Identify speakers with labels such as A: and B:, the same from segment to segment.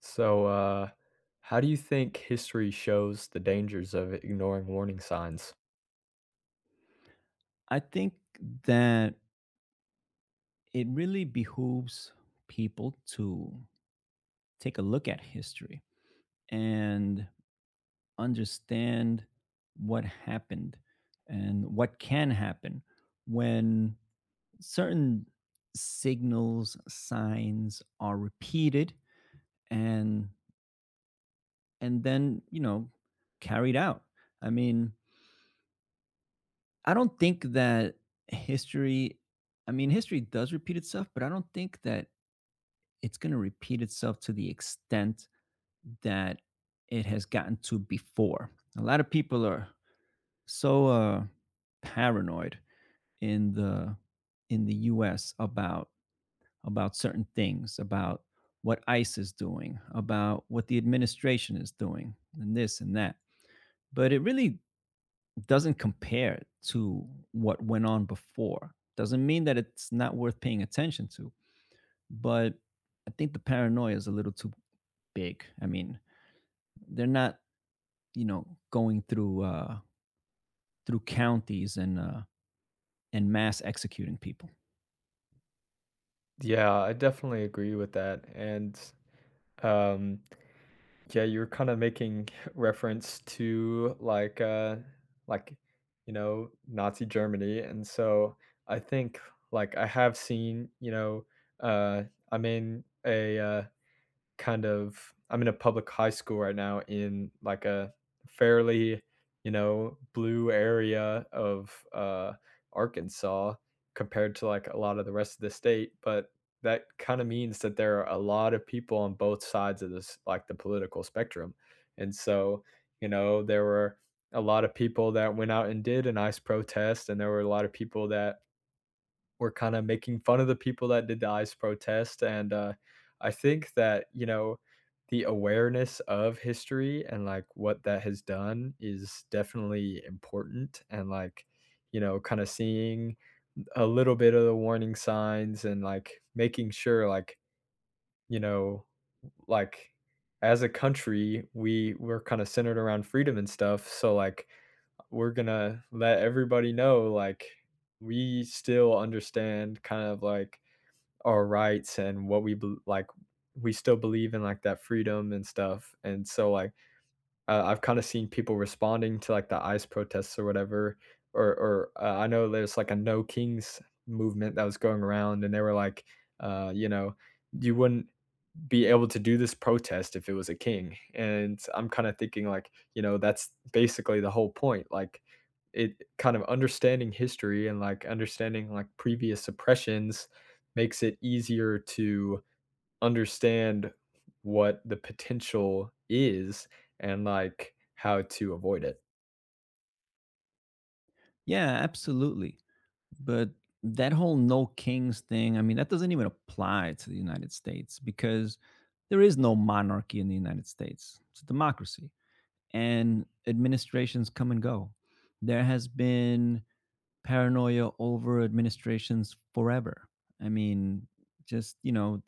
A: So, uh, how do you think history shows the dangers of ignoring warning signs?
B: I think that it really behooves people to take a look at history and understand what happened and what can happen when certain signals, signs are repeated and and carried out. I mean, I don't think that history I mean, history does repeat itself, but I don't think that it's going to repeat itself to the extent that it has gotten to before. A lot of people are so paranoid in the in the U.S. About certain things, about what ICE is doing, about what the administration is doing, and this and that. But it really doesn't compare to what went on before. Doesn't mean that it's not worth paying attention to, but I think the paranoia is a little too big. I mean, they're not, you know, going through through counties and mass executing people.
A: Yeah, I definitely agree with that. And um, yeah, you're kind of making reference to like Nazi Germany, and so I think like I have seen you know uh, I'm in a public high school right now in like a fairly, you know, blue area of Arkansas compared to like a lot of the rest of the state. But that kind of means that there are a lot of people on both sides of this, like the political spectrum. And so, you know, there were a lot of people that went out and did a nice protest, and there were a lot of people that were kind of making fun of the people that did the ICE protest. And I think that, you know, the awareness of history and like what that has done is definitely important. And like, you know, kind of seeing a little bit of the warning signs and like making sure, like, you know, like as a country, we're kind of centered around freedom and stuff. So like we're gonna let everybody know like we still understand kind of like our rights and what like we still believe in like that freedom and stuff. And so I've kind of seen people responding to like the ICE protests or whatever, or I know there's like a no kings movement that was going around, and they were like, you know, you wouldn't be able to do this protest if it was a king. And I'm kind of thinking like, you know, that's basically the whole point. Like, it kind of understanding history and like understanding like previous oppressions makes it easier to understand what the potential is and like how to avoid it.
B: Yeah, absolutely. But that whole no kings thing, I mean, that doesn't even apply to the United States because there is no monarchy in the United States. It's a democracy and administrations come and go. There has been paranoia over administrations forever. I mean, just, you know,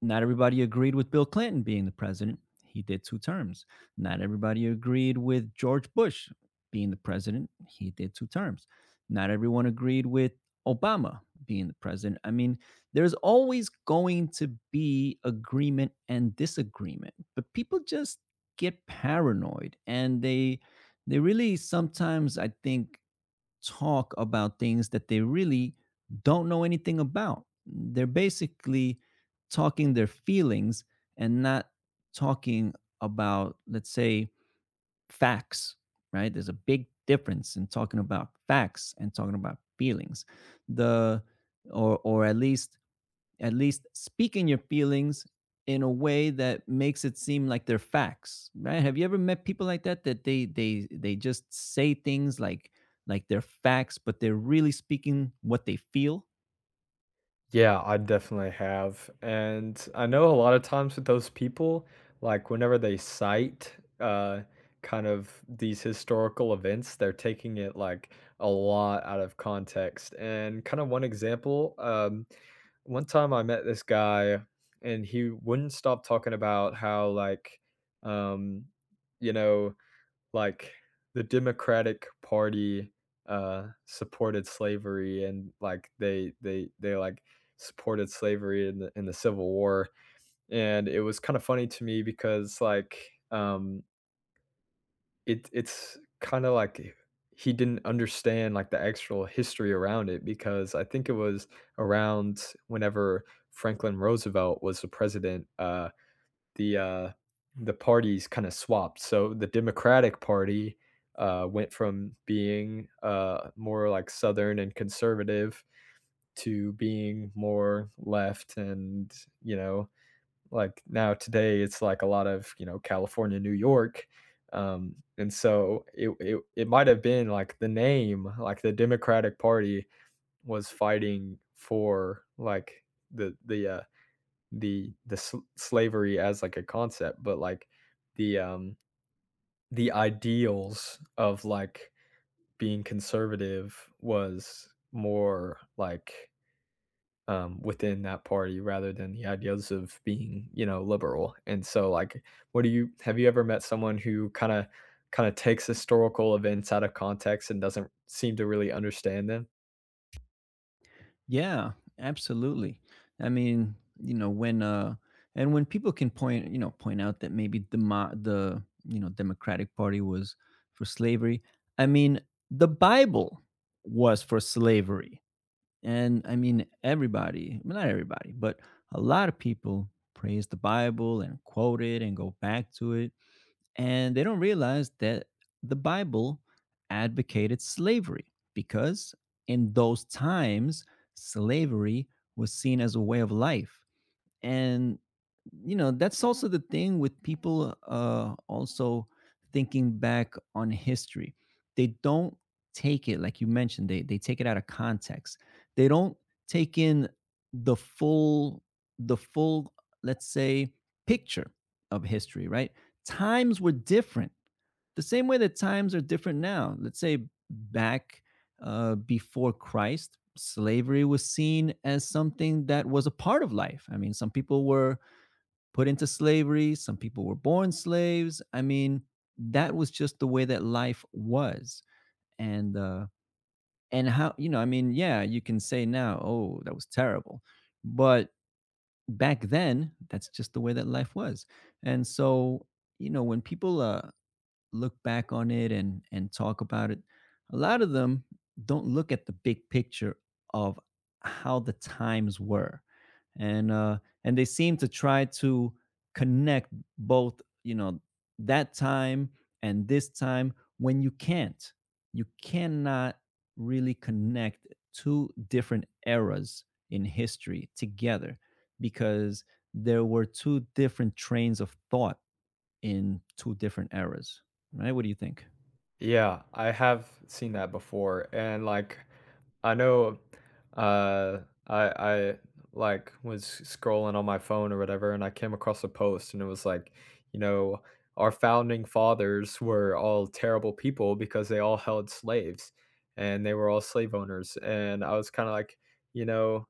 B: not everybody agreed with Bill Clinton being the president. He did two terms. Not everybody agreed with George Bush being the president. He did two terms. Not everyone agreed with Obama being the president. I mean, there's always going to be agreement and disagreement, but people just get paranoid and they really sometimes I think talk about things that they really don't know anything about. They're basically talking their feelings and not talking about, let's say, facts, right? There's a big difference in talking about facts and talking about feelings. The or at least speaking your feelings in a way that makes it seem like they're facts, right? Have you ever met people like that, that they just say things like they're facts, but they're really speaking what they feel?
A: Yeah, I definitely have. And I know a lot of times with those people, like whenever they cite kind of these historical events, they're taking it like a lot out of context. And kind of one example, one time I met this guy and he wouldn't stop talking about how um you know like the Democratic Party supported slavery, and like they like supported slavery in the Civil War. And it was kind of funny to me because it's kind of like he didn't understand like the actual history around it, because I think it was around whenever Franklin Roosevelt was the president. The the parties kind of swapped. So the Democratic Party went from being more like Southern and conservative to being more left, and, you know, like now today it's like a lot of, you know, California, New York. And so it might have been like the name, like the Democratic Party was fighting for like the the uh, slavery as like a concept, but like the um the ideals of like being conservative was more like within that party rather than the ideals of being, you know, liberal. And so like what do you have you ever met someone who kind of takes historical events out of context and doesn't seem to really understand them?
B: Yeah, absolutely. I mean, you know, when and when people can point, you know, point out that maybe the you know, Democratic Party was for slavery. I mean, the Bible was for slavery. And I mean, everybody, well, not everybody, but a lot of people praise the Bible and quote it and go back to it. And they don't realize that the Bible advocated slavery because in those times, slavery was seen as a way of life. And you know, that's also the thing with people, also thinking back on history, they don't take it, like you mentioned, they take it out of context. They don't take in the full the full, let's say, picture of history, right? Times were different, the same way that times are different now. Let's say back before Christ, slavery was seen as something that was a part of life. I mean, some people were put into slavery, some people were born slaves. I mean, that was just the way that life was. And uh, and how, you know, I mean, yeah, you can say now, oh, that was terrible, but back then, that's just the way that life was. And so, you know, when people look back on it and talk about it, a lot of them don't look at the big picture of how the times were. And uh and they seem to try to connect both, you know, that time and this time, when you can't, you cannot really connect two different eras in history together, because there were two different trains of thought in two different eras, right? What do you think?
A: Yeah, I have seen that before, and like I know uh I I like was scrolling on my phone or whatever, and I came across a post and it was like, you know, our founding fathers were all terrible people because they all held slaves and they were all slave owners. And I was kind of like, you know,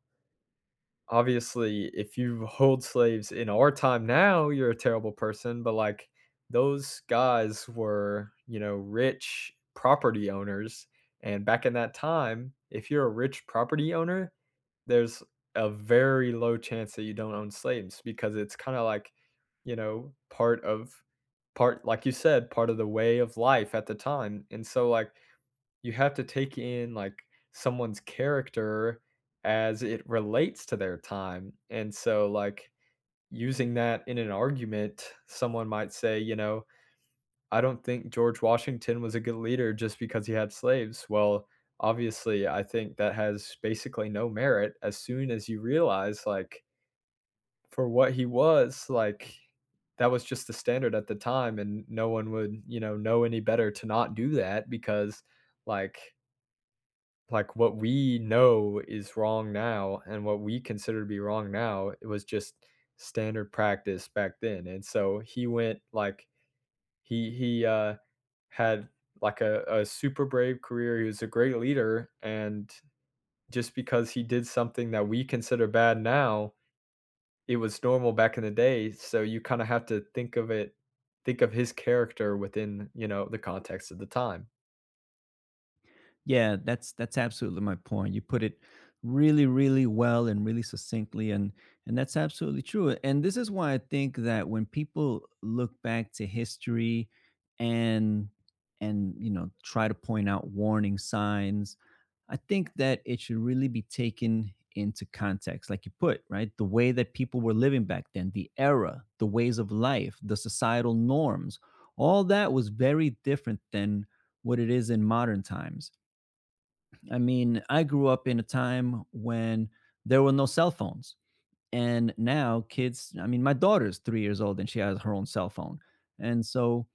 A: obviously if you hold slaves in our time now you're a terrible person, but like those guys were, you know, rich property owners, and back in that time if you're a rich property owner there's a very low chance that you don't own slaves, because it's kind of like, you know, part like you said, part of the way of life at the time. And so like you have to take in like someone's character as it relates to their time. And so like using that in an argument, someone might say, you know, I don't think George Washington was a good leader just because he had slaves. Well, obviously, I think that has basically no merit as soon as you realize like for what he was, like that was just the standard at the time and no one would, you know any better to not do that, because like what we know is wrong now and what we consider to be wrong now, it was just standard practice back then, and so he went, like he had, like, a super brave career, he was a great leader, and just because he did something that we consider bad now, it was normal back in the day, so you kinda have to think of his character within, you know, the context of the time.
B: Yeah, that's absolutely my point. You put it really, really well and really succinctly, and that's absolutely true. And this is why I think that when people look back to history and and you know, try to point out warning signs, I think that it should really be taken into context, like you put, right? The way that people were living back then, the era, the ways of life, the societal norms, all that was very different than what it is in modern times. I mean, I grew up in a time when there were no cell phones. And now kids, I mean, my daughter's 3 years old and she has her own cell phone. And so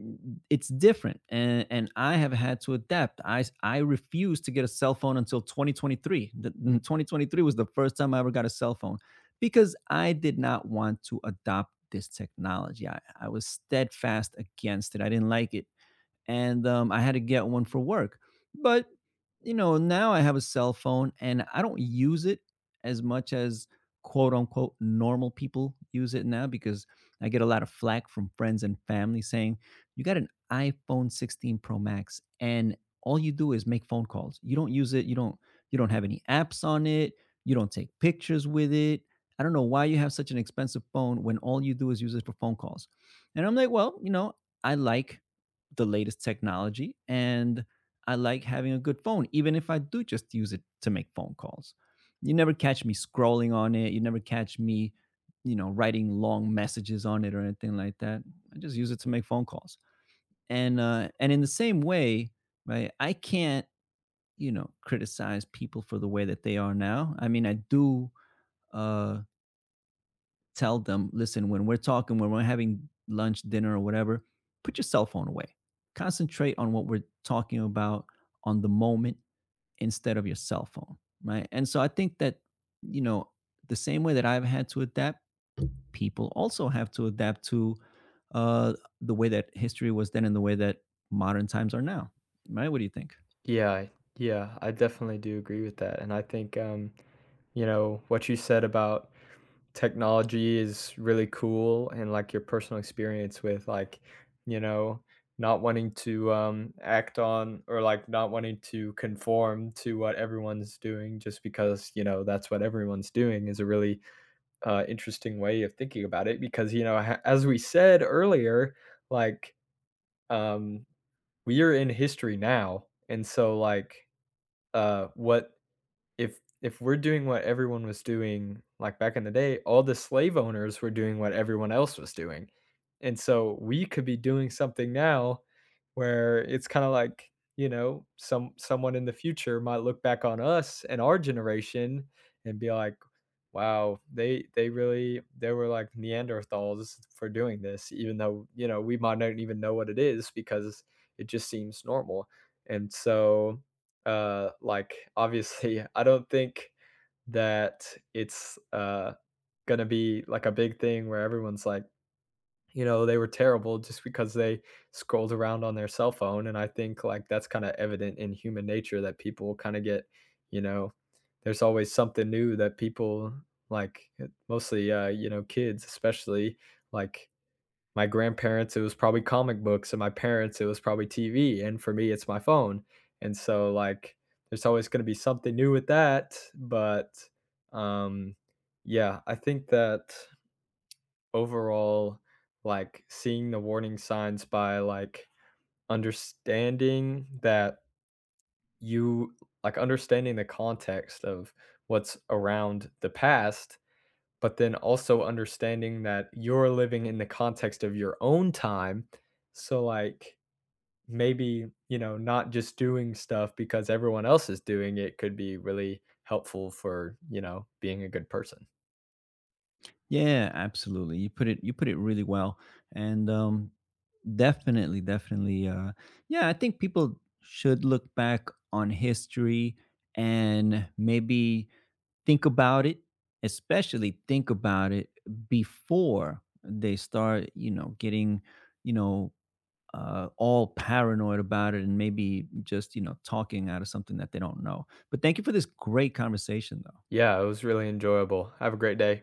B: mm, it's different. And I have had to adapt. I refused to get a cell phone until 2023. 2023 was the first time I ever got a cell phone because I did not want to adopt this technology. I was steadfast against it. I didn't like it, and I had to get one for work. But you know, now I have a cell phone, and I don't use it as much as quote unquote normal people use it now, because I get a lot of flack from friends and family saying, "You got an iPhone 16 Pro Max, and all you do is make phone calls. You don't use it. You don't have any apps on it. You don't take pictures with it." I don't know why you have such an expensive phone when all you do is use it for phone calls. And I'm like, well, you know, I like the latest technology, and I like having a good phone, even if I do just use it to make phone calls. You never catch me scrolling on it. You never catch me, you know, writing long messages on it or anything like that. I just use it to make phone calls. And in the same way, right? I can't, you know, criticize people for the way that they are now. I mean, I do uh, tell them, listen, when we're talking, when we're having lunch, dinner, or whatever, put your cell phone away. Concentrate on what we're talking about, on the moment, instead of your cell phone. Right. And so I think that, you know, the same way that I've had to adapt, people also have to adapt to uh, the way that history was then and the way that modern times are now. Right. What do you think?
A: Yeah, yeah, I definitely do agree with that, and I think, you know, what you said about technology is really cool, and like your personal experience with like, you know, not wanting to act on, or like not wanting to conform to what everyone's doing just because, you know, that's what everyone's doing, is a really interesting way of thinking about it. Because, you know, as we said earlier, like um, we are in history now. And so, like, what if we're doing what everyone was doing, like, back in the day, all the slave owners were doing what everyone else was doing, and so we could be doing something now where it's kinda like, you know, someone in the future might look back on us and our generation and be like, wow, they were like Neanderthals for doing this, even though, you know, we might not even know what it is because it just seems normal. And so, like obviously, I don't think that it's gonna be like a big thing where everyone's like, you know, they were terrible just because they scrolled around on their cell phone. And I think, like, that's kinda evident in human nature that people kinda get, you know, there's always something new that people like, eh, mostly, you know, kids, especially, like, my grandparents, it was probably comic books, and my parents, it was probably TV, and for me, it's my phone, and so, like, there's always gonna be something new with that. But, um, yeah, I think that overall, like, seeing the warning signs by, like, understanding that you like understanding the context of what's around the past, but then also understanding that you're living in the context of your own time. So, like, maybe, you know, not just doing stuff because everyone else is doing it could be really helpful for, you know, being a good person.
B: Yeah, absolutely. You put it really well. And definitely, definitely, yeah, I think people should look back on history and maybe think about it, especially think about it before they start, you know, getting, you know, all paranoid about it and maybe just, you know, talking out of something that they don't know. But thank you for this great conversation though.
A: Yeah, it was really enjoyable. Have a great day.